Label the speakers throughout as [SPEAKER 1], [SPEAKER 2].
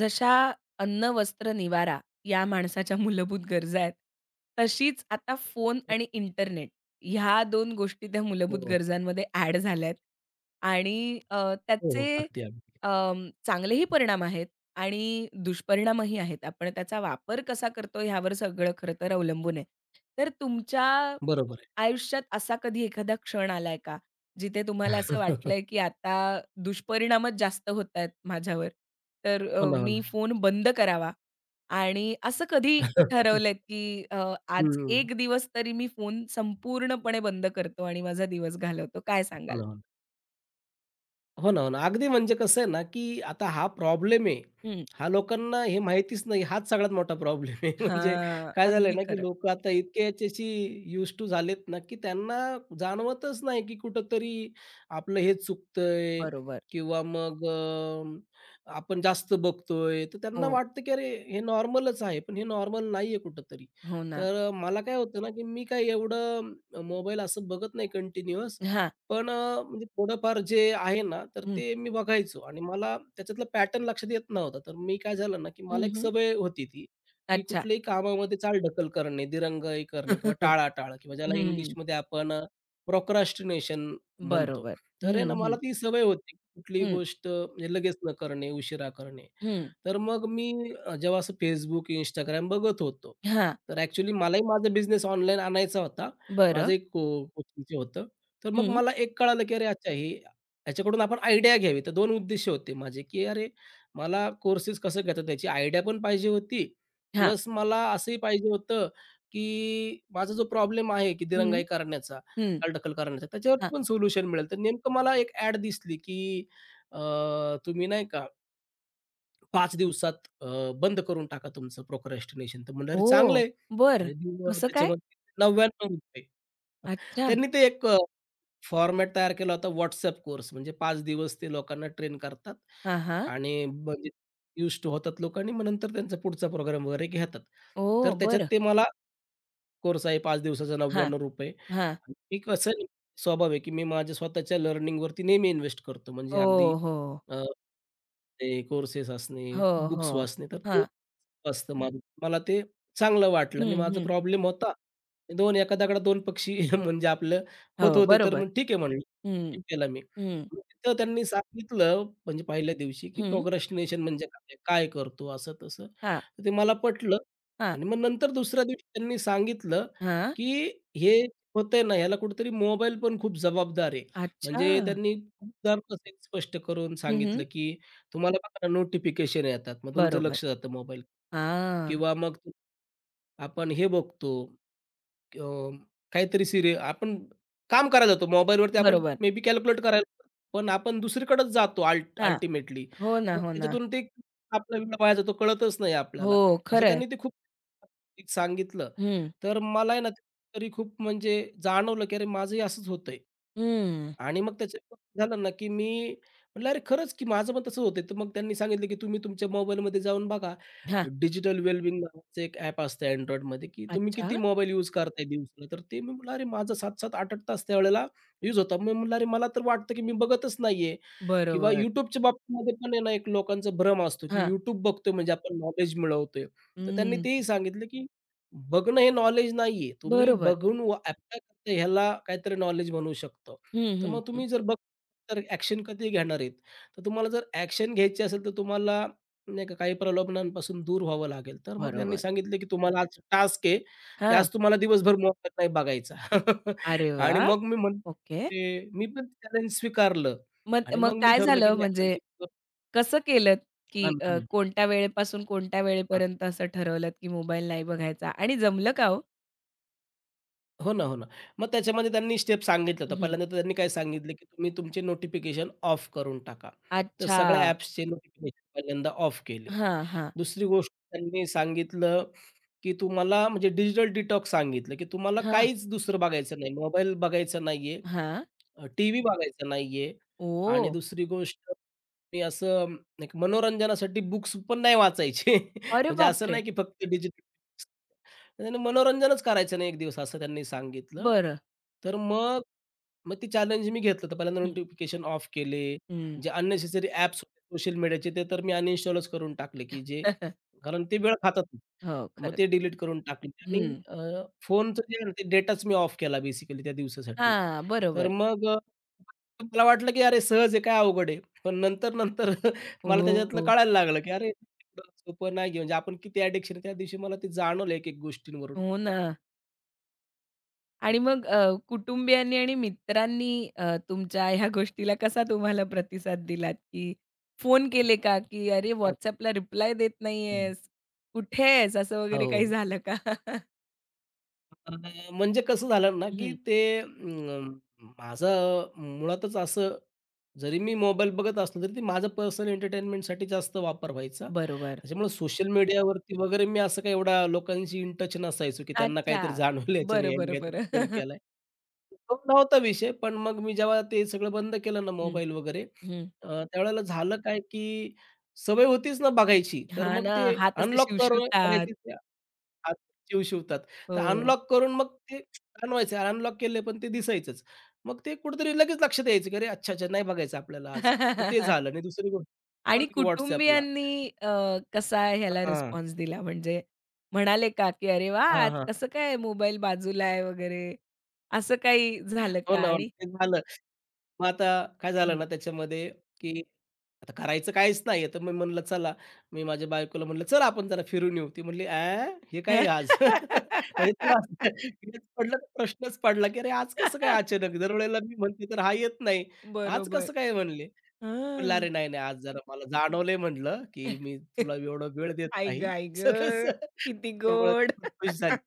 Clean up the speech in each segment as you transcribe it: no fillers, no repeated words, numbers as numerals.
[SPEAKER 1] जशा अन्न, वस्त्र, निवारा या माणसाच्या मूलभूत गरजा आहेत, तशीच आता फोन आणि इंटरनेट ह्या दोन गोष्टी त्या
[SPEAKER 2] हो,
[SPEAKER 1] मूलभूत
[SPEAKER 2] हो,
[SPEAKER 1] गरजांमध्ये ॲड झाल्यात आणि
[SPEAKER 2] हो.
[SPEAKER 1] त्याचे
[SPEAKER 2] अगदी, अगदी.
[SPEAKER 1] चांगलेही परिणाम आहेत आणि दुष्परिणामही आहेत. आपण त्याचा वापर कसा करतो ह्यावर सगळं खरं तर अवलंबून आहे. तर तुमच्या
[SPEAKER 2] बरोबर आहे.
[SPEAKER 1] आयुष्यात असा कधी एखादा क्षण आलाय का? जिथे तुम्हाला असं वाटलंय, की आता दुष्परिणामच जास्त होतायत माझ्यावर. तर
[SPEAKER 2] हो ना, हो
[SPEAKER 1] मी
[SPEAKER 2] ना.
[SPEAKER 1] फोन बंद करावा आणि असं कधी ठरवलंय, की आज
[SPEAKER 2] हं,
[SPEAKER 1] एक दिवस तरी मी फोन संपूर्णपणे बंद करतो आणि माझा दिवस घालवतो. काय
[SPEAKER 2] हो
[SPEAKER 1] सांगाल?
[SPEAKER 2] ना, हो ना. हो ना, हो ना. अगदी म्हणजे कसं आहे ना, की आता हा प्रॉब्लेम आहे.
[SPEAKER 1] हं.
[SPEAKER 2] हा लोकांना हे माहितीच नाही. हाच सगळ्यात मोठा प्रॉब्लेम आहे. म्हणजे
[SPEAKER 1] हां,
[SPEAKER 2] काय झालंय
[SPEAKER 1] अगदी
[SPEAKER 2] ना, की
[SPEAKER 1] खरं.
[SPEAKER 2] लोकं आता इतके याच्याशी यूज्ड टू झालेत ना, की त्यांना जाणवतच नाही, की कुठेतरी आपलं हे चुकतंय
[SPEAKER 1] बरोबर.
[SPEAKER 2] किंवा मग आपण जास्त बघतोय. तर त्यांना
[SPEAKER 1] हो,
[SPEAKER 2] वाटतं, की अरे हे नॉर्मलच आहे. पण हे नॉर्मल नाहीये कुठेतरी.
[SPEAKER 1] हो ना.
[SPEAKER 2] तर मला काय होतं ना, की मी काय एवढं मोबाईल असं बघत नाही कंटिन्यूअस.
[SPEAKER 1] हां.
[SPEAKER 2] पण म्हणजे थोडंफार जे आहे ना, तर
[SPEAKER 1] हं,
[SPEAKER 2] ते मी बघायचो आणि मला त्याच्यातला पॅटर्न लक्षात येत नव्हता. तर मी काय झालं ना, की
[SPEAKER 1] हं,
[SPEAKER 2] मला एक
[SPEAKER 1] हं.
[SPEAKER 2] सवय होती ती, की
[SPEAKER 1] अच्छा.
[SPEAKER 2] कुठल्याही कामामध्ये चालढकल करणे, दिरंगाई करणे किंवा टाळाटाळ किंवा ज्याला
[SPEAKER 1] हं,
[SPEAKER 2] इंग्लिशमध्ये आपण प्रोक्रॅस्टिनेशन म्हणतो.
[SPEAKER 1] बरोबर.
[SPEAKER 2] तर
[SPEAKER 1] हं,
[SPEAKER 2] आहे ना, मला
[SPEAKER 1] हं,
[SPEAKER 2] ती सवय होती. कुठलीही
[SPEAKER 1] हं,
[SPEAKER 2] गोष्ट म्हणजे लगेच न करणे, उशिरा करणे.
[SPEAKER 1] हं.
[SPEAKER 2] तर मग मी जेव्हा असं Facebook, Instagram बघत होतो.
[SPEAKER 1] हां,
[SPEAKER 2] तर ॲक्चुअली मलाही माझा बिझनेस ऑनलाईन आणायचा होता.
[SPEAKER 1] बरं.
[SPEAKER 2] माझं एक कोचिंगचं होतं. तर मग
[SPEAKER 1] हं,
[SPEAKER 2] मला एक कळालं, की अरे अच्छा हे ह्याच्याकडून आपण आयडिया घ्यावी. तर 2 उद्देश होते माझे, की अरे मला कोर्सेस कसं घेतात त्याची आयडिया पण पाहिजे होती.
[SPEAKER 1] हां.
[SPEAKER 2] प्लस मला असंही पाहिजे होतं, की माझा जो प्रॉब्लेम आहे, की
[SPEAKER 1] हं,
[SPEAKER 2] दिरंगाई करण्याचा,
[SPEAKER 1] हं.
[SPEAKER 2] चालढकल करण्याचा, त्याच्यावरती पण सोल्युशन मिळेल. तर नेमकं मला एक ॲड दिसली, की अ, तुम्ही नाही का 5 दिवसात अ, बंद करून टाका तुमचं प्रोक्रॅस्टिनेशन. तर म्हणलं अरे चांगलं
[SPEAKER 1] ओह!
[SPEAKER 2] आहे
[SPEAKER 1] बरं.
[SPEAKER 2] आणि दिवस
[SPEAKER 1] कसं काय?
[SPEAKER 2] त्याच्यामध्ये ₹99
[SPEAKER 1] अच्छा.
[SPEAKER 2] त्यांनी ते एक फॉर्मॅट तयार केला होता WhatsApp कोर्स म्हणजे पाच दिवस ते लोकांना ट्रेन करतात
[SPEAKER 1] हां, हां.
[SPEAKER 2] आणि म्हणजे युज्ड टू होतात लोक आणि मग नंतर त्यांचा पुढचा प्रोग्राम वगैरे घेतात. तर
[SPEAKER 1] ओह!
[SPEAKER 2] त्याच्यात
[SPEAKER 1] बरं.
[SPEAKER 2] ते मला कोर्स आहे 5 दिवसाचा
[SPEAKER 1] हां,
[SPEAKER 2] ₹99
[SPEAKER 1] हां.
[SPEAKER 2] आणि मी कसं आहे, स्वभाव आहे, की मी माझ्या स्वतःच्या लर्निंगवरती नेहमी इन्व्हेस्ट करतो. म्हणजे
[SPEAKER 1] हो,
[SPEAKER 2] अगदी
[SPEAKER 1] हो.
[SPEAKER 2] अ, ते कोर्सेस असणे,
[SPEAKER 1] हो, हो.
[SPEAKER 2] बुक्स वाचणे, तर ते
[SPEAKER 1] हां.
[SPEAKER 2] असतं माझं. मला ते चांगलं वाटलं आणि
[SPEAKER 1] हं,
[SPEAKER 2] माझा
[SPEAKER 1] हं.
[SPEAKER 2] प्रॉब्लेम होता. दोन एका दगडात दोन पक्षी म्हणजे आपलं होत
[SPEAKER 1] हो,
[SPEAKER 2] होते, तर
[SPEAKER 1] बरोबर.
[SPEAKER 2] मग ठीक आहे म्हणलं.
[SPEAKER 1] हं,
[SPEAKER 2] हे केला मी.
[SPEAKER 1] हं,
[SPEAKER 2] मग तिथं त्यांनी सांगितलं म्हणजे पहिल्या दिवशी, की
[SPEAKER 1] हं.
[SPEAKER 2] प्रोक्रॅस्टिनेशन म्हणजे काय? काय करतो असं तसं.
[SPEAKER 1] हां,
[SPEAKER 2] तर ते मला पटलं.
[SPEAKER 1] हां,
[SPEAKER 2] आणि मग नंतर दुसऱ्या दिवशी त्यांनी सांगितलं,
[SPEAKER 1] हां.
[SPEAKER 2] की हे होतंय ना, ह्याला कुठेतरी मोबाईल पण खूप जबाबदार आहे. म्हणजे
[SPEAKER 1] अच्छा.
[SPEAKER 2] त्यांनी खूप उदाहरणासहित स्पष्ट करून
[SPEAKER 1] हं,
[SPEAKER 2] सांगितलं, की तुम्हाला बघा ना नोटिफिकेशन येतात. मग तुमचं
[SPEAKER 1] बरोबर.
[SPEAKER 2] लक्ष जातं मोबाईल
[SPEAKER 1] हां,
[SPEAKER 2] किंवा मग आपण हे बघतो अ, काहीतरी सिरी आपण काम करायला जातो. मोबाईलवरती आपण
[SPEAKER 1] बरोबर.
[SPEAKER 2] मे बी कॅल्क्युलेट करायला जातो, पण आपण दुसरीकडेच जातो
[SPEAKER 1] हां.
[SPEAKER 2] अल्टिमेटली.
[SPEAKER 1] हो ना,
[SPEAKER 2] मग
[SPEAKER 1] हो ना.
[SPEAKER 2] त्याच्यातून ते आपला वेळ वाया जातो, कळतच नाही
[SPEAKER 1] हो,
[SPEAKER 2] आपल्याला. असं
[SPEAKER 1] खरं आहे.
[SPEAKER 2] त्यांनी ते खूप एक सांगितलं,
[SPEAKER 1] हं,
[SPEAKER 2] तर मला आहे ना तरी खूप म्हणजे जाणवलं, की अरे माझंही असंच होतंय.
[SPEAKER 1] हं.
[SPEAKER 2] आणि मग त्याच्यात झालं ना, की मी म्हटलं, "अरे खरंच की माझं पण तसं होतंय." तर मग त्यांनी सांगितलं, की "तुम्ही तुमच्या मोबाईलमध्ये जाऊन बघा." डिजिटल वेलबिंग नावाचं एक ॲप असतं Androidमध्ये, की तुम्ही
[SPEAKER 1] अच्छा.
[SPEAKER 2] किती मोबाईल यूज करताय दिवसाला. तर ते मी म्हटलं, "अरे माझा 7-7, 8-8 तास त्यावेळेला यूज होता." मी म्हटलं, "अरे मला तर वाटतं, की मी बघतच नाहीये." किंवा
[SPEAKER 1] बरोबर.
[SPEAKER 2] YouTubeच्या बाबतीमध्ये पण आहे ना, एक लोकांचा भ्रम असतो, की
[SPEAKER 1] हां.
[SPEAKER 2] YouTube बघतोय म्हणजे आपण नॉलेज मिळवतोय. तर त्यांनी
[SPEAKER 1] हं.
[SPEAKER 2] तेही सांगितलं, की बघणं हे नॉलेज नाहीये. तुम्ही
[SPEAKER 1] बरोबर.
[SPEAKER 2] बघून व अप्लाय करता ह्याला काहीतरी नॉलेज म्हणू शकतो.
[SPEAKER 1] हं,
[SPEAKER 2] तर
[SPEAKER 1] हं,
[SPEAKER 2] मग
[SPEAKER 1] हं.
[SPEAKER 2] तुम्ही जर बघ तर ॲक्शन कधी घेणार आहेत? तर तुम्हाला जर ॲक्शन घ्यायची असेल तर तुम्हाला नाही का काही प्रलोभनांपासून दूर व्हावं लागेल. तर मग त्यांनी
[SPEAKER 1] बरोबर.
[SPEAKER 2] सांगितलं की तुम्हाला आज टास्क आहे, की
[SPEAKER 1] हां.
[SPEAKER 2] आज तुम्हाला दिवसभर मोबाईल नाही बघायचा.
[SPEAKER 1] अरे
[SPEAKER 2] आणि
[SPEAKER 1] वाह!
[SPEAKER 2] मग मी
[SPEAKER 1] ओके.
[SPEAKER 2] म्हणते मी पण चॅलेंज स्वीकारलं
[SPEAKER 1] मग
[SPEAKER 2] आणि
[SPEAKER 1] मग
[SPEAKER 2] मग मी
[SPEAKER 1] काय
[SPEAKER 2] ठरवलं की
[SPEAKER 1] झालं
[SPEAKER 2] नाही आज
[SPEAKER 1] म्हणजे
[SPEAKER 2] दिवसभर
[SPEAKER 1] कसं केलत,
[SPEAKER 2] हां,
[SPEAKER 1] की
[SPEAKER 2] हां.
[SPEAKER 1] कोणत्या वेळेपासून कोणत्या वेळेपर्यंत असं ठरवलत, की मोबाईल नाही बघायचा आणि जमलं का हो?
[SPEAKER 2] हो ना, हो ना. मग त्याच्यामध्ये त्यांनी स्टेप सांगितलं होतं.
[SPEAKER 1] हं.
[SPEAKER 2] पहिल्यांदा तर त्यांनी काय सांगितलं, की तुम्ही तुमचे नोटिफिकेशन ऑफ करून टाका. तर
[SPEAKER 1] अच्छा.
[SPEAKER 2] सगळ्या ॲप्सचे नोटिफिकेशन पहिल्यांदा ऑफ केले.
[SPEAKER 1] हां, हां.
[SPEAKER 2] दुसरी गोष्ट त्यांनी सांगितलं, की तुम्हाला म्हणजे डिजिटल डिटॉक्स सांगितलं, की तुम्हाला
[SPEAKER 1] हां.
[SPEAKER 2] काहीच दुसरं बघायचं नाही. मोबाईल बघायचा नाहीये,
[SPEAKER 1] हां.
[SPEAKER 2] टीव्ही बघायचा नाहीये
[SPEAKER 1] ओह!
[SPEAKER 2] आणि दुसरी गोष्ट मी असं एक मनोरंजनासाठी बुक्स पण नाही वाचायचे.
[SPEAKER 1] अरे
[SPEAKER 2] म्हणजे असं
[SPEAKER 1] बापरे!
[SPEAKER 2] नाही, की फक्त डिजिटल त्याने मनोरंजनच करायचं नाही एक दिवस असं त्यांनी सांगितलं.
[SPEAKER 1] बरं.
[SPEAKER 2] तर मग, मग ती चॅलेंज मी घेतलं. तर पहिल्यांदा
[SPEAKER 1] हं.
[SPEAKER 2] नोटिफिकेशन ऑफ केले.
[SPEAKER 1] हं.
[SPEAKER 2] जे अननेसेसरी ॲप्स होते सोशल मीडियाचे ते तर मी अनइन्स्टॉलच करून टाकले, की जे कारण ते वेळ खातात.
[SPEAKER 1] हो,
[SPEAKER 2] मग
[SPEAKER 1] खरंच.
[SPEAKER 2] ते डिलीट करून टाकले आणि
[SPEAKER 1] हं.
[SPEAKER 2] फोनचं जे आहे ना, ते डेटाच मी ऑफ केला बेसिकली त्या दिवसासाठी.
[SPEAKER 1] हां, बरोबर.
[SPEAKER 2] तर मग मला वाटलं, की अरे सहज आहे काय अवघड आहे. पण नंतर, नंतर मला त्याच्यातलं
[SPEAKER 1] हो,
[SPEAKER 2] कळायला लागलं, की अरे एवढं सोपं नाही आहे. म्हणजे आपण किती ॲडिक्शन त्या दिवशी मला ते जाणवलं एक-एक गोष्टींवरून.
[SPEAKER 1] हो ना. आणि मग कुटुंबियांनी आणि मित्रांनी तुमच्या ह्या गोष्टीला कसा तुम्हाला प्रतिसाद दिलात? की फोन केले का? की "अरे WhatsAppला रिप्लाय देत नाहीयेस, कुठे आहेस?" असं वगैरे काही
[SPEAKER 2] हो.
[SPEAKER 1] झालं का?
[SPEAKER 2] अ, म्हणजे कसं झालं ना, की
[SPEAKER 1] हं,
[SPEAKER 2] ते माझं मुळातच असं जरी मी मोबाईल बघत असलो, तरी ते माझं पर्सनल एंटरटेनमेंटसाठी जास्त वापर व्हायचा.
[SPEAKER 1] बरोबर.
[SPEAKER 2] त्याच्यामुळे सोशल मीडियावरती वगैरे मी असं काही एवढा लोकांशी इन टच नसायचो, की त्यांना
[SPEAKER 1] अच्छा.
[SPEAKER 2] काहीतरी जाणवलं याच्याने,
[SPEAKER 1] बरं,
[SPEAKER 2] यांनी
[SPEAKER 1] बरं,
[SPEAKER 2] काहीतरी बदल
[SPEAKER 1] बरं.
[SPEAKER 2] केलाय. उद्भवला होता विषय, पण मग मी जेव्हा ते सगळं बंद केलं ना
[SPEAKER 1] हं,
[SPEAKER 2] मोबाईल वगैरे,
[SPEAKER 1] हं.
[SPEAKER 2] त्यावेळेला झालं काय, की सवय होतीच ना बघायची, तर
[SPEAKER 1] हां
[SPEAKER 2] मग
[SPEAKER 1] ना,
[SPEAKER 2] ते
[SPEAKER 1] हात असे
[SPEAKER 2] अनलॉक करून
[SPEAKER 1] शिवशिवतात.
[SPEAKER 2] करायची त्या हात शिवतात. तर
[SPEAKER 1] हो.
[SPEAKER 2] अनलॉक करून मग ते जाणवायचं अनलॉक केले पण ते दिसायचंच. मग ते कुठेतरी लगेच लक्षात यायचं, की "अरे, अच्छा, अच्छा, नाही बघायचं आपल्याला आज." तर ते झालं आणि दुसरी गोष्ट बरं
[SPEAKER 1] आणि
[SPEAKER 2] की WhatsAppला
[SPEAKER 1] कुटुंबियांनी अ, कसा ह्याला
[SPEAKER 2] हां.
[SPEAKER 1] रिस्पॉन्स दिला? म्हणजे म्हणाले का, की "अरे वाह! आज कसं काय मोबाईल बाजूला आहे?" वगैरे असं काही झालं
[SPEAKER 2] हो
[SPEAKER 1] का?
[SPEAKER 2] ना, हो ना.
[SPEAKER 1] आणि
[SPEAKER 2] ते झालं. मग आता काय झालं
[SPEAKER 1] हं.
[SPEAKER 2] ना त्याच्यामध्ये, की आता करायचं काहीच नाहीये, तर मी म्हणलं चला, मी माझ्या बायकोला म्हणलं, "चल आपण जरा फिरून येऊ." ती म्हणली, "अॅ? हे काय आहे आज?" म्हणजे तिला असं तिला पडलं प्रश्नच पडला, की "अरे आज कसं काय अचानक? दरवेळेला मी म्हणते तर हा येत नाही. आज
[SPEAKER 1] बरोबर.
[SPEAKER 2] कसं काय?" म्हणले. म्हणलं,
[SPEAKER 1] हां.
[SPEAKER 2] "अरे नाही, नाही, आज जरा मला जाणवलंय" म्हणलं, "की मी तुला एवढा वेळ देत
[SPEAKER 1] आई गं!
[SPEAKER 2] नाही."
[SPEAKER 1] आई
[SPEAKER 2] असं
[SPEAKER 1] गं!
[SPEAKER 2] तसं.
[SPEAKER 1] किती
[SPEAKER 2] त्यामुळे ती
[SPEAKER 1] गोड.
[SPEAKER 2] पण खुश झाली.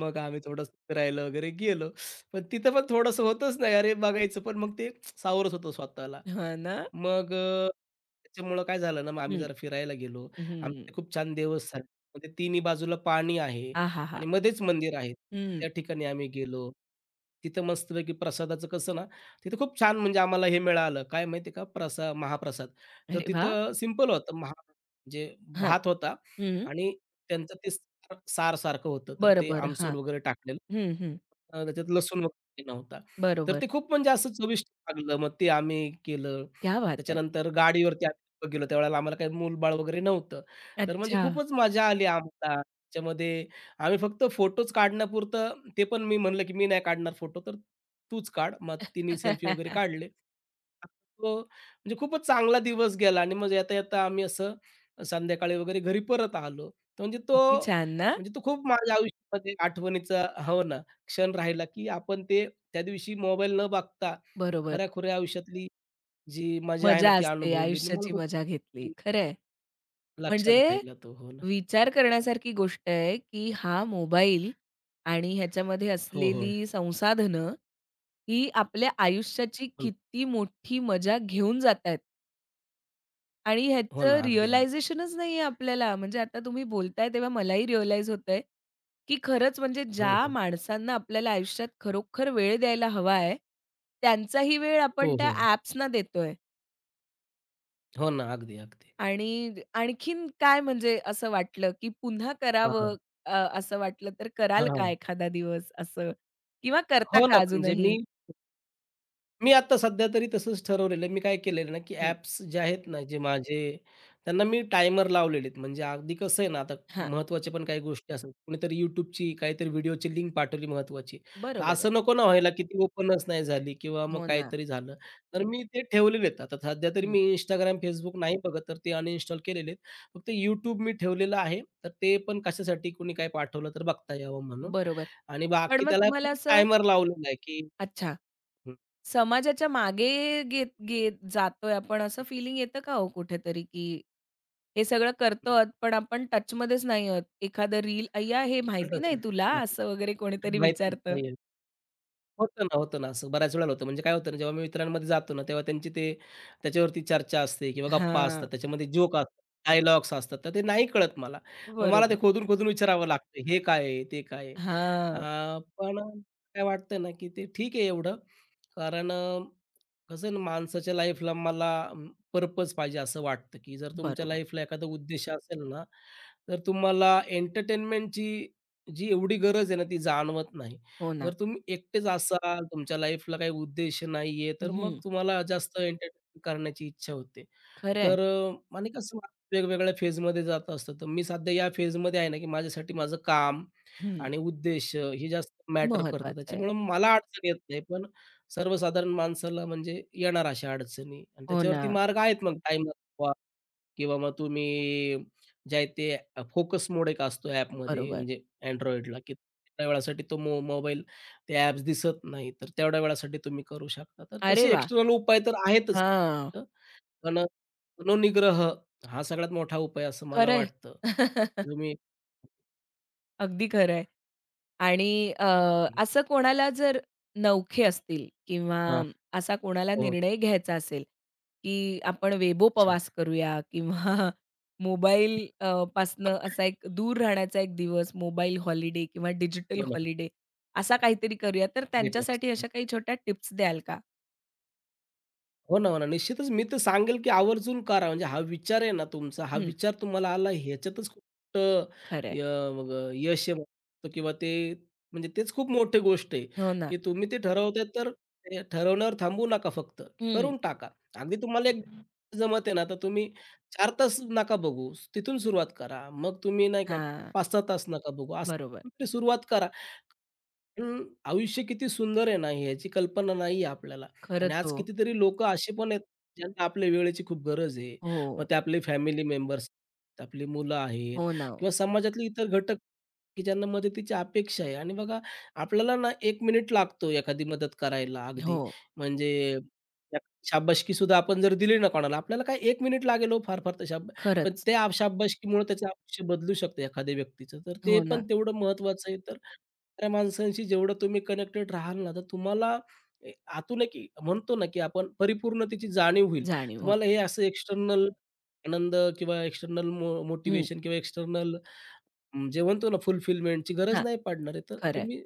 [SPEAKER 2] मग आम्ही थोडंसं फिरायला वगैरे गेलो. पण तिथं पण थोडंसं होतच नाही. अरे, बघायचं पण मग ते सावरच होतं स्वतःला.
[SPEAKER 1] हां ना.
[SPEAKER 2] मग त्याच्यामुळं काय झालं ना, मग आम्ही
[SPEAKER 1] हं,
[SPEAKER 2] जरा फिरायला गेलो.
[SPEAKER 1] हं.
[SPEAKER 2] आमचे खूप छान देवस्थान आहे. म्हणजे तिन्ही बाजूला पाणी आहे
[SPEAKER 1] आहाहा!
[SPEAKER 2] आणि मध्येच मंदिर आहे.
[SPEAKER 1] हं.
[SPEAKER 2] त्या ठिकाणी आम्ही गेलो. तिथं मस्तपैकी प्रसादाचं कसं ना, तिथं खूप छान म्हणजे आम्हाला हे मिळालं. काय माहिती आहे का? महाप्रसाद. तर
[SPEAKER 1] अरे वाह!
[SPEAKER 2] तिथं सिंपल होतं. महा म्हणजे
[SPEAKER 1] हां.
[SPEAKER 2] भात होता
[SPEAKER 1] हं.
[SPEAKER 2] आणि त्यांचं ते सारसारखं होतं. तर
[SPEAKER 1] बरं,
[SPEAKER 2] ते
[SPEAKER 1] बरं. हां.
[SPEAKER 2] आमसूल वगैरे टाकलेलं.
[SPEAKER 1] हं, हं.
[SPEAKER 2] त्याच्यात लसूण वगैरे नव्हता. तर
[SPEAKER 1] बरोबर.
[SPEAKER 2] ते खूप म्हणजे असं चविष्ट लागलं. मग ते आम्ही केलं.
[SPEAKER 1] क्या बात है!
[SPEAKER 2] त्याच्यानंतर गाडीवरती आम्ही गेलो, त्यावेळेला आम्हाला काही मूल वगैरे नव्हतं. तर म्हणजे
[SPEAKER 1] अच्छा.
[SPEAKER 2] खूपच मजा आली आम्हाला. त्याच्यामध्ये आम्ही फक्त फोटोच काढण्यापुरतं ते पण मी म्हणलं, की "मी नाही काढणार फोटो, तर तूच काढ." मग तिने सेल्फी वगैरे काढले. तो म्हणजे खूपच चांगला दिवस गेला आणि मग येता-येता आम्ही असं संध्याकाळी वगैरे घरी परत आलो. तर म्हणजे तो
[SPEAKER 1] किती छान ना?
[SPEAKER 2] म्हणजे तो खूप माझ्या आयुष्यामध्ये आठवणीचा हो ना, क्षण राहिला, की आपण ते त्या दिवशी मोबाईल न बघता
[SPEAKER 1] बरोबर.
[SPEAKER 2] खऱ्या-खुऱ्या आयुष्यातली जी मजा आहे ना,
[SPEAKER 1] मजा
[SPEAKER 2] ती
[SPEAKER 1] असते,
[SPEAKER 2] अनुभवली आणि मला
[SPEAKER 1] आयुष्याची मजा घेतली.
[SPEAKER 2] कुठे
[SPEAKER 1] खरंय.
[SPEAKER 2] लक्षात
[SPEAKER 1] म्हणजे
[SPEAKER 2] राहिला तो. हो ना.
[SPEAKER 1] विचार करण्यासारखी गोष्ट आहे, की हा मोबाईल आणि ह्याच्यामध्ये
[SPEAKER 2] हो, हो.
[SPEAKER 1] असलेली संसाधनं, ही आपल्या आयुष्याची
[SPEAKER 2] हो ना.
[SPEAKER 1] किती मोठी मजा घेऊन जातायत आणि
[SPEAKER 2] हो
[SPEAKER 1] ह्याचं
[SPEAKER 2] ना. अगदी, अगदी.
[SPEAKER 1] रिअलायझेशनच नाहीये आपल्याला. म्हणजे आता तुम्ही बोलताय तेव्हा मलाही रिअलाईज होतंय, की खरंच म्हणजे
[SPEAKER 2] हो,
[SPEAKER 1] ज्या
[SPEAKER 2] हो.
[SPEAKER 1] माणसांना आपल्याला आयुष्यात खरोखर वेळ द्यायला हवा आहे, त्यांचाही वेळ आपण
[SPEAKER 2] हो,
[SPEAKER 1] त्या
[SPEAKER 2] हो.
[SPEAKER 1] ॲप्सना देतोय.
[SPEAKER 2] हो ना. अगदी, अगदी.
[SPEAKER 1] आणि आणखीन काय म्हणजे असं वाटलं, की पुन्हा
[SPEAKER 2] हां.
[SPEAKER 1] करावं अ, असं वाटलं तर कराल का
[SPEAKER 2] हां.
[SPEAKER 1] एखादा दिवस असं? किंवा करता
[SPEAKER 2] हो
[SPEAKER 1] का
[SPEAKER 2] ना, म्हणजे
[SPEAKER 1] अजूनही?
[SPEAKER 2] मी मी आता सध्या तरी तसंच ठरवलेलं आहे. मी काय केलेलं ना, की
[SPEAKER 1] हं.
[SPEAKER 2] ॲप्स जे आहेत ना, जे माझे त्यांना मी टायमर लावलेले आहेत. म्हणजे अगदी कसं आहे ना, आता
[SPEAKER 1] हां,
[SPEAKER 2] महत्त्वाच्या पण काही गोष्टी असतात. कुणीतरी YouTubeची काहीतरी व्हिडिओची लिंक पाठवली महत्त्वाची. तर
[SPEAKER 1] बरोबर आहे.
[SPEAKER 2] असं नको ना व्हायला, की ती ओपनच नाही झाली किंवा मग
[SPEAKER 1] हो ना.
[SPEAKER 2] काहीतरी झालं. तर मी ते ठेवलेले आहेत. आता सध्या तरी
[SPEAKER 1] हं.
[SPEAKER 2] मी Instagram, Facebook नाही बघत, तर ते अनइन्स्टॉल केलेले आहेत. फक्त YouTube मी ठेवलेलं आहे. तर ते पण कशासाठी कुणी काय पाठवलं तर बघता यावं म्हणून
[SPEAKER 1] बरोबर.
[SPEAKER 2] आणि
[SPEAKER 1] पण
[SPEAKER 2] बाकी
[SPEAKER 1] मग
[SPEAKER 2] त्याला
[SPEAKER 1] तुम्हाला असं
[SPEAKER 2] टायमर लावलेला आहे, की
[SPEAKER 1] अच्छा,
[SPEAKER 2] हं,
[SPEAKER 1] समाजाच्या मागे घेत घेत जातोय आपण असं
[SPEAKER 2] हं,
[SPEAKER 1] फीलिंग येतं का हो कुठेतरी, की हे सगळं करतो
[SPEAKER 2] हं.
[SPEAKER 1] आहोत, पण आपण टचमध्येच नाही आहोत. एखादं रील, "अय्या हे माहिती
[SPEAKER 2] कटोच
[SPEAKER 1] नाही तुला?" असं वगैरे कोणीतरी
[SPEAKER 2] माहितीच
[SPEAKER 1] विचारतं.
[SPEAKER 2] नाहीये. होतं ना, होतं ना असं बऱ्याच वेळेला होतं. म्हणजे काय होतं ना, जेव्हा मी मित्रांमध्ये जातो ना, तेव्हा त्यांची ते त्याच्यावरती चर्चा असते किंवा गप्पा
[SPEAKER 1] हां,
[SPEAKER 2] असतात. त्याच्यामध्ये जोक असतात, डायलॉग्स असतात. तर ते नाही कळत मला. मग मला ते
[SPEAKER 1] बरोबर.
[SPEAKER 2] खोदून-खोदून विचारावं लागतं. हे काय आहे? ते काय आहे?
[SPEAKER 1] हां.
[SPEAKER 2] पण काय वाटतं ना, की ते ठीक आहे एवढं. कारण कसं ना माणसाच्या लाईफला मला पर्पज पाहिजे असं वाटतं, की जर तुमच्या
[SPEAKER 1] बरोबर.
[SPEAKER 2] लाईफला एखादा उद्देश असेल ना, तर तुम्हाला एंटरटेनमेंटची जी एवढी गरज आहे ना, ती जाणवत नाही.
[SPEAKER 1] हो ना.
[SPEAKER 2] जर तुम्ही एकटेच असाल, तुमच्या लाईफला काही उद्देश नाहीये, तर मग
[SPEAKER 1] हं.
[SPEAKER 2] तुम्हाला जास्त एंटरटेन करण्याची इच्छा होते.
[SPEAKER 1] खरं आहे.
[SPEAKER 2] तर आणि कसं माणूस वेगवेगळ्या फेजमध्ये जात असतं. तर मी सध्या या फेजमध्ये आहे ना, की माझ्यासाठी माझं काम
[SPEAKER 1] हं.
[SPEAKER 2] आणि उद्देश हे जास्त मॅटर करतं.
[SPEAKER 1] महत्वाचं आहे.
[SPEAKER 2] त्याच्यामुळं मला अडचण येत नाही, पण सर्वसाधारण माणसाला म्हणजे येणार अशा अडचणी आणि
[SPEAKER 1] हो ना.
[SPEAKER 2] त्याच्यावरती मार्ग आहेत मग टाईमर किंवा मग तुम्ही जे आहे ते फोकस मोड एक असतो ॲपमध्ये
[SPEAKER 1] बरोबर.
[SPEAKER 2] म्हणजे Androidला, की त्या वेळासाठी तो मोबाईल ते ॲप्स दिसत नाही. तर तेवढ्या वेळासाठी तुम्ही करू शकता. तर
[SPEAKER 1] अरे
[SPEAKER 2] तसे
[SPEAKER 1] वाह!
[SPEAKER 2] एक्स्टर्नल उपाय तर आहेतच.
[SPEAKER 1] हां.
[SPEAKER 2] पण मनोनिग्रह हा सगळ्यात मोठा उपाय असं मला
[SPEAKER 1] खरं
[SPEAKER 2] वाटतं. तुम्ही
[SPEAKER 1] अगदी खरं आहे. आणि असं कोणाला जर नवखे असतील किंवा
[SPEAKER 2] हां.
[SPEAKER 1] असा कोणाला
[SPEAKER 2] हो, हो.
[SPEAKER 1] निर्णय घ्यायचा असेल, की आपण वेबो
[SPEAKER 2] अच्छा.
[SPEAKER 1] प्रवास करूया किंवा मोबाईल पासनं असा एक दूर राहण्याचा एक दिवस, मोबाईल हॉलिडे किंवा डिजिटल
[SPEAKER 2] हो ना.
[SPEAKER 1] हॉलिडे असा काहीतरी करूया, तर
[SPEAKER 2] डिटॉक्स.
[SPEAKER 1] त्यांच्यासाठी अशा काही छोट्या टिप्स द्याल का?
[SPEAKER 2] हो ना, हो ना. निश्चितच मी तर सांगेल, की आवर्जून करा. म्हणजे हा विचार आहे ना तुमचा, हा
[SPEAKER 1] हं.
[SPEAKER 2] विचार तुम्हाला आला ह्याच्यातच खूप मोठं
[SPEAKER 1] खरं
[SPEAKER 2] य मग यश आहे म्हणतो किंवा ते म्हणजे तेच खूप मोठी गोष्ट आहे,
[SPEAKER 1] हो ना.
[SPEAKER 2] की तुम्ही ते ठरवताय तर ते ठरवण्यावर थांबू नका फक्त,
[SPEAKER 1] हं.
[SPEAKER 2] करून टाका. अगदी तुम्हाला एक जमत आहे ना, तर तुम्ही 4 तास नका बघू, तिथून सुरुवात करा. मग तुम्ही नाही का
[SPEAKER 1] हां,
[SPEAKER 2] 5-6 तास नका बघू,
[SPEAKER 1] बरोबर.
[SPEAKER 2] असं ते सुरुवात करा. पण आयुष्य किती सुंदर आहे ना, ह्याची कल्पना नाही आहे आपल्याला. आणि
[SPEAKER 1] खरंच
[SPEAKER 2] आज
[SPEAKER 1] हो.
[SPEAKER 2] कितीतरी लोक असे पण आहेत, ज्यांना आपल्या वेळेची खूप गरज आहे. मग
[SPEAKER 1] हो,
[SPEAKER 2] ते आपले फॅमिली मेंबर्स, आपली मुलं आहेत
[SPEAKER 1] हो ना, हो.
[SPEAKER 2] किंवा समाजातले इतर घटक, की ज्यांना मदतीची अपेक्षा आहे आणि बघा आपल्याला ना एक मिनिट लागतो एखादी मदत करायला
[SPEAKER 1] हो,
[SPEAKER 2] अगदी. म्हणजे एक शाबासकीसुद्धा आपण जर दिली ना कोणाला, आपल्याला काय 1 मिनिट लागेल हो फार-फार तर पण
[SPEAKER 1] खरंच.
[SPEAKER 2] त्या शाबासकीमुळे त्याचं आयुष्य बदलू शकतं एखाद्या व्यक्तीचं. तर ते
[SPEAKER 1] हो
[SPEAKER 2] पण
[SPEAKER 1] ना,
[SPEAKER 2] तेवढं महत्त्वाचं आहे. तर त्या माणसांशी जेवढं तुम्ही कनेक्टेड राहाल ना, तर तुम्हाला आतून एक म्हणतो ना, की आपण परिपूर्णतेची जाणीव होईल.
[SPEAKER 1] जाणीव होत.
[SPEAKER 2] तुम्हाला हे असं एक्सटर्नल आनंद किंवा एक्सटर्नल
[SPEAKER 1] हं,
[SPEAKER 2] मोटिव्हेशन किंवा एक्सटर्नल जे म्हणतो ना फुलफिलमेंटची गरज
[SPEAKER 1] हां,
[SPEAKER 2] नाही पडणार आहे. तर
[SPEAKER 1] खरं
[SPEAKER 2] तुम्ही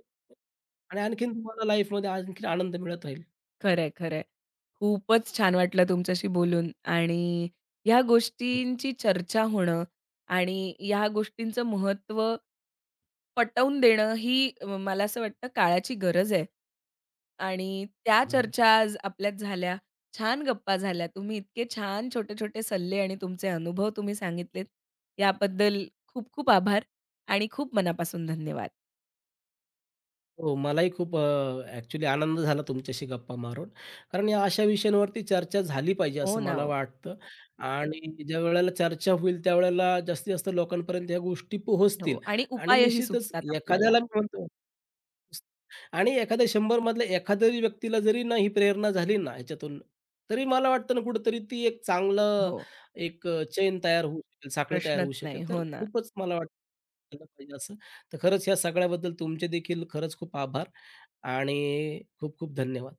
[SPEAKER 2] आणि आणखीन तुम्हाला लाईफमध्ये आणखीन आनंद मिळत राहील.
[SPEAKER 1] खरंय, खरंय. खूपच छान वाटलं तुमच्याशी बोलून आणि ह्या
[SPEAKER 2] हो
[SPEAKER 1] गोष्टींची चर्चा होणं आणि ह्या गोष्टींचं महत्त्व पटवून देणं ही मला असं वाटतं काळाची गरज आहे. आणि त्या
[SPEAKER 2] ना, अगदी.
[SPEAKER 1] चर्चा आज आपल्यात झाल्या. छान गप्पा झाल्या. तुम्ही इतके छान छोटे-छोटे सल्ले आणि तुमचे अनुभव तुम्ही सांगितलेत. याबद्दल खूप-खूप आभार आणि खूप मनापासून धन्यवाद.
[SPEAKER 2] हो, मलाही खूप ॲक्चुअली आनंद झाला तुमच्याशी गप्पा मारून. कारण या अशा विषयांवरती चर्चा झाली पाहिजे
[SPEAKER 1] हो
[SPEAKER 2] असं
[SPEAKER 1] ना,
[SPEAKER 2] मला
[SPEAKER 1] हो.
[SPEAKER 2] वाटतं आणि ज्या वेळेला चर्चा होईल त्यावेळेला जास्तीत जास्त लोकांपर्यंत ह्या गोष्टी
[SPEAKER 1] हो
[SPEAKER 2] पोहोचतील
[SPEAKER 1] आणि
[SPEAKER 2] आणि
[SPEAKER 1] उपायही
[SPEAKER 2] निश्चितच
[SPEAKER 1] सुचतात आपल्याला.
[SPEAKER 2] एखाद्याला मी म्हणतो आणि एखाद्या 100 मधल्या एखाद्या व्यक्तीला जरी ना ही प्रेरणा झाली ना ह्याच्यातून, तरी मला वाटतं ना कुठेतरी ती एक चांगलं
[SPEAKER 1] हो.
[SPEAKER 2] एक चैन तयार होऊ शकेल, साखळी तयार होऊ
[SPEAKER 1] प्रश्नच
[SPEAKER 2] शकेल.
[SPEAKER 1] नाही. हो
[SPEAKER 2] तर
[SPEAKER 1] ना.
[SPEAKER 2] खूपच मला वाटतं केलं पाहिजे असं तर खरंच ह्या सगळ्याबद्दल तुमचे देखील खरंच खूप आभार आणि खूप खूप धन्यवाद.